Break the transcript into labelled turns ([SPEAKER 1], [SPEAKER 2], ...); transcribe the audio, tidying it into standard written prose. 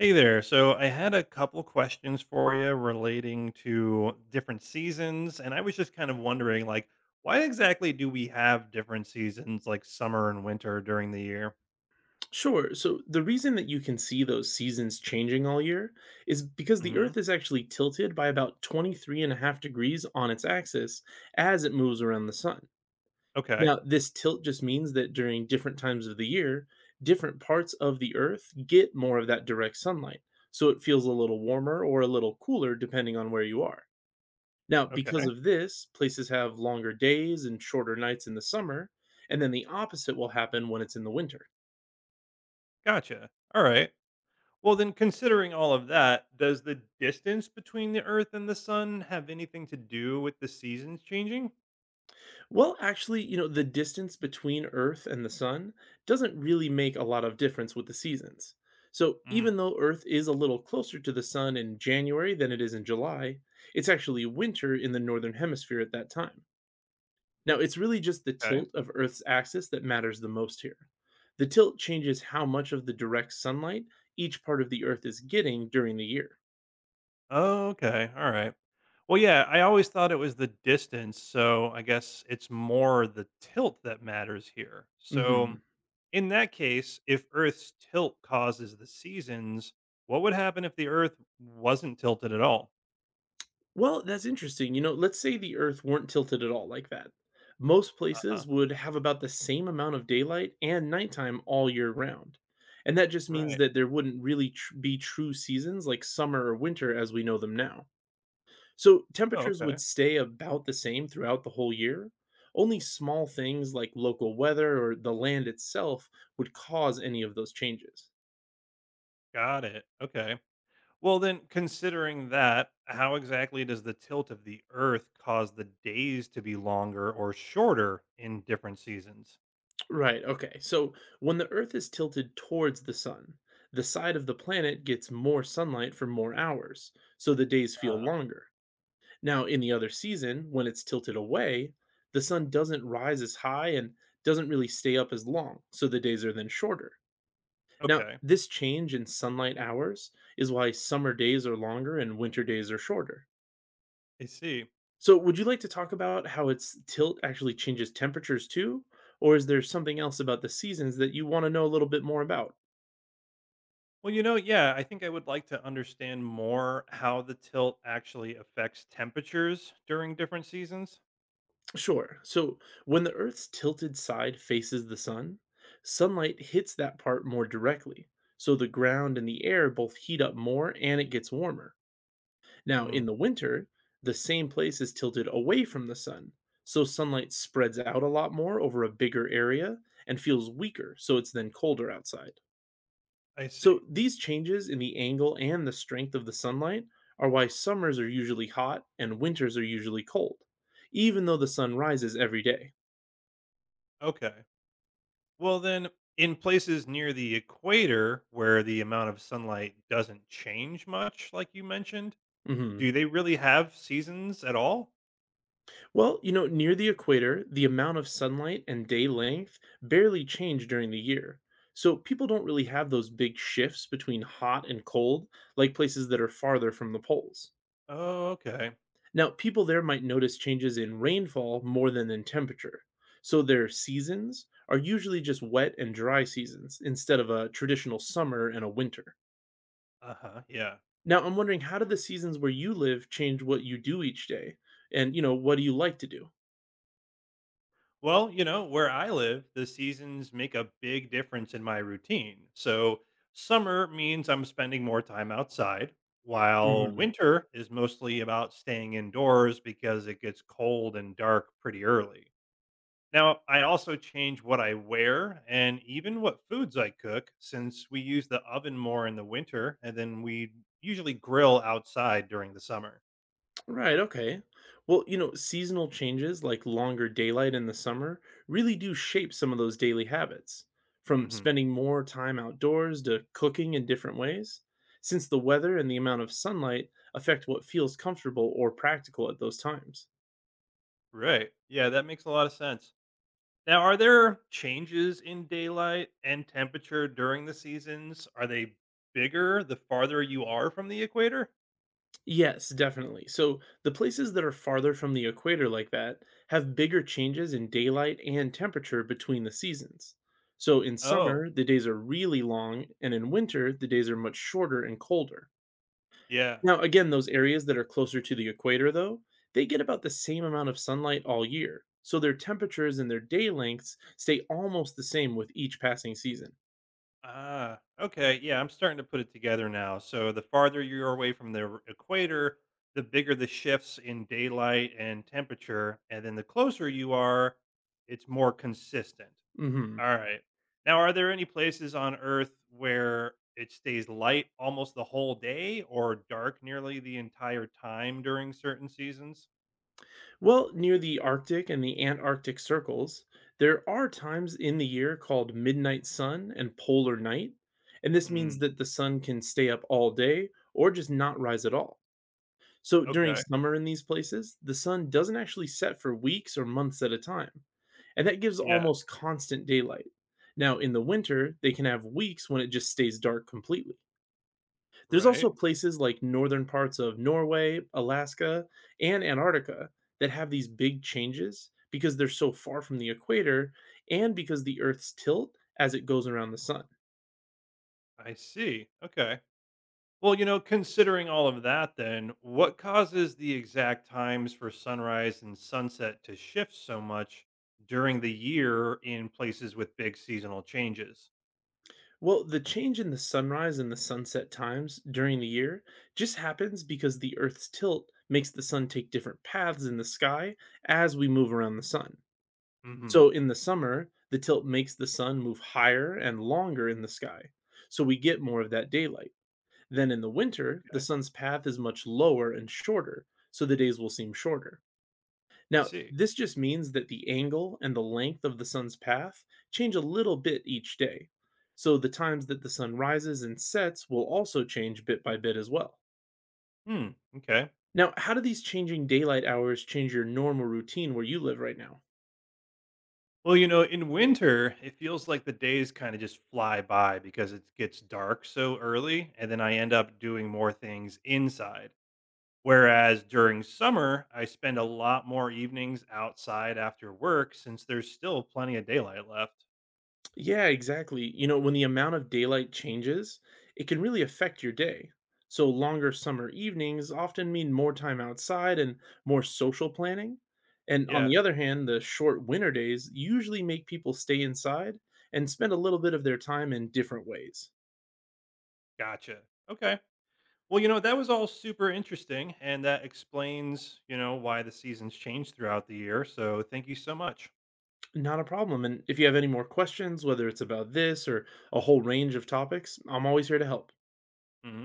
[SPEAKER 1] Hey there. So I had a couple questions for you relating to different seasons, and I was just kind of wondering, like, why exactly do we have different seasons, like summer and winter, during the year?
[SPEAKER 2] Sure. So the reason that you can see those seasons changing all year is because the
[SPEAKER 1] Hmm.
[SPEAKER 2] Earth is actually tilted by about 23.5 degrees on its axis as it moves around the sun.
[SPEAKER 1] Okay.
[SPEAKER 2] Now, this tilt just means that during different times of the year, different parts of the Earth get more of that direct sunlight. So it feels a little warmer or a little cooler depending on where you are. Now, because
[SPEAKER 1] Okay.
[SPEAKER 2] of this, places have longer days and shorter nights in the summer, and then the opposite will happen when it's in the winter.
[SPEAKER 1] Gotcha. All right. Well, then, considering all of that, does the distance between the Earth and the Sun have anything to do with the seasons changing?
[SPEAKER 2] Well, actually, you know, the distance between Earth and the sun doesn't really make a lot of difference with the seasons. So,
[SPEAKER 1] Mhm.
[SPEAKER 2] even though Earth is a little closer to the sun in January than it is in July, it's actually winter in the northern hemisphere at that time. Now, it's really just the
[SPEAKER 1] Okay.
[SPEAKER 2] tilt of Earth's axis that matters the most here. The tilt changes how much of the direct sunlight each part of the Earth is getting during the year.
[SPEAKER 1] Oh, okay. All right. Well, yeah, I always thought it was the distance. So I guess it's more the tilt that matters here. So,
[SPEAKER 2] Mhm.
[SPEAKER 1] in that case, if Earth's tilt causes the seasons, what would happen if the Earth wasn't tilted at all?
[SPEAKER 2] Well, that's interesting. You know, let's say the Earth weren't tilted at all like that. Most
[SPEAKER 1] Uh-huh.
[SPEAKER 2] places would have about the same amount of daylight and nighttime all year round. And that just means
[SPEAKER 1] Right.
[SPEAKER 2] that there wouldn't really be true seasons like summer or winter as we know them now. So
[SPEAKER 1] Oh,
[SPEAKER 2] temperatures would
[SPEAKER 1] okay.
[SPEAKER 2] stay about the same throughout the whole year. Only small things like local weather or the land itself would cause any of those changes.
[SPEAKER 1] Got it. Okay. Well, then, considering that, how exactly does the tilt of the Earth cause the days to be longer or shorter in different seasons?
[SPEAKER 2] Right. Okay. So when the Earth is tilted towards the sun, the side of the planet gets more sunlight for more hours, so the days
[SPEAKER 1] Uh,
[SPEAKER 2] feel longer. Now, in the other season, when it's tilted away, the sun doesn't rise as high and doesn't really stay up as long, so the days are then shorter. Now,
[SPEAKER 1] okay.
[SPEAKER 2] this change in sunlight hours is why summer days are longer and winter days are shorter.
[SPEAKER 1] I see.
[SPEAKER 2] So, would you like to talk about how its tilt actually changes temperatures too? Or is there something else about the seasons that you want to know a little bit more about?
[SPEAKER 1] Well, yeah, I think I would like to understand more how the tilt actually affects temperatures during different seasons.
[SPEAKER 2] Sure. So, when the Earth's tilted side faces the sun, sunlight hits that part more directly. So, the ground and the air both heat up more and it gets warmer. Now,
[SPEAKER 1] Hmm,
[SPEAKER 2] in the winter, the same place is tilted away from the sun. So, sunlight spreads out a lot more over a bigger area and feels weaker. So, it's then colder outside.
[SPEAKER 1] I see.
[SPEAKER 2] So, these changes in the angle and the strength of the sunlight are why summers are usually hot and winters are usually cold, even though the sun rises every day.
[SPEAKER 1] Okay. Well, then, in places near the equator where the amount of sunlight doesn't change much, like you mentioned,
[SPEAKER 2] Mhm.
[SPEAKER 1] do they really have seasons at all?
[SPEAKER 2] Well, you know, near the equator, the amount of sunlight and day length barely change during the year. So, people don't really have those big shifts between hot and cold like places that are farther from the poles.
[SPEAKER 1] Oh, okay.
[SPEAKER 2] Now, people there might notice changes in rainfall more than in temperature. So their seasons are usually just wet and dry seasons instead of a traditional summer and a winter.
[SPEAKER 1] Uh huh. Yeah.
[SPEAKER 2] Now, I'm wondering, how do the seasons where you live change what you do each day? And, you know, what do you like to do?
[SPEAKER 1] Well, where I live, the seasons make a big difference in my routine. So, summer means I'm spending more time outside, while
[SPEAKER 2] Mhm.
[SPEAKER 1] winter is mostly about staying indoors because it gets cold and dark pretty early. Now, I also change what I wear and even what foods I cook since we use the oven more in the winter and then we usually grill outside during the summer.
[SPEAKER 2] Right, okay. Well, you know, seasonal changes like longer daylight in the summer really do shape some of those daily habits, from
[SPEAKER 1] Hmm.
[SPEAKER 2] spending more time outdoors to cooking in different ways, since the weather and the amount of sunlight affect what feels comfortable or practical at those times.
[SPEAKER 1] Right. Yeah, that makes a lot of sense. Now, are there changes in daylight and temperature during the seasons? Are they bigger the farther you are from the equator?
[SPEAKER 2] Yes, definitely. So, the places that are farther from the equator like that have bigger changes in daylight and temperature between the seasons. So, in
[SPEAKER 1] Oh,
[SPEAKER 2] summer, the days are really long, and in winter, the days are much shorter and colder.
[SPEAKER 1] yeah.
[SPEAKER 2] Now, again, those areas that are closer to the equator, though, they get about the same amount of sunlight all year, so their temperatures and their day lengths stay almost the same with each passing season.
[SPEAKER 1] Ah, okay. Yeah, I'm starting to put it together now. So, the farther you're away from the equator, the bigger the shifts in daylight and temperature. And then the closer you are, it's more consistent.
[SPEAKER 2] Hmm.
[SPEAKER 1] Alright. Now, are there any places on Earth where it stays light almost the whole day or dark nearly the entire time during certain seasons?
[SPEAKER 2] Well, near the Arctic and the Antarctic circles, there are times in the year called midnight sun and polar night, and this means
[SPEAKER 1] Mm,
[SPEAKER 2] that the sun can stay up all day or just not rise at all. So during
[SPEAKER 1] okay.
[SPEAKER 2] summer in these places, the sun doesn't actually set for weeks or months at a time, and that gives
[SPEAKER 1] Yeah.
[SPEAKER 2] almost constant daylight. Now, in the winter, they can have weeks when it just stays dark completely. There's also
[SPEAKER 1] Right.
[SPEAKER 2] places like northern parts of Norway, Alaska, and Antarctica that have these big changes because they're so far from the equator and because the Earth's tilt as it goes around the sun.
[SPEAKER 1] I see. Okay. Well, considering all of that, then, what causes the exact times for sunrise and sunset to shift so much during the year in places with big seasonal changes?
[SPEAKER 2] Well, the change in the sunrise and the sunset times during the year just happens because the Earth's tilt makes the sun take different paths in the sky as we move around the sun.
[SPEAKER 1] Hmm.
[SPEAKER 2] So in the summer, the tilt makes the sun move higher and longer in the sky, so we get more of that daylight. Then in the winter, the
[SPEAKER 1] Okay.
[SPEAKER 2] sun's path is much lower and shorter, so the days will seem shorter.
[SPEAKER 1] I
[SPEAKER 2] Now,
[SPEAKER 1] see.
[SPEAKER 2] this just means that the angle and the length of the sun's path change a little bit each day. So the times that the sun rises and sets will also change bit by bit as well.
[SPEAKER 1] Hmm. Okay.
[SPEAKER 2] Now, how do these changing daylight hours change your normal routine where you live right now?
[SPEAKER 1] Well, in winter, it feels like the days kind of just fly by because it gets dark so early, and then I end up doing more things inside. Whereas during summer, I spend a lot more evenings outside after work since there's still plenty of daylight left.
[SPEAKER 2] Yeah, exactly. You know, when the amount of daylight changes, it can really affect your day. So, longer summer evenings often mean more time outside and more social planning. And on
[SPEAKER 1] Yeah,
[SPEAKER 2] the other hand, the short winter days usually make people stay inside and spend a little bit of their time in different ways.
[SPEAKER 1] gotcha. Okay. Well, that was all super interesting, and that explains, why the seasons change throughout the year. So thank you so much.
[SPEAKER 2] Not a problem. And if you have any more questions, whether it's about this or a whole range of topics, I'm always here to help.
[SPEAKER 1] Mhm.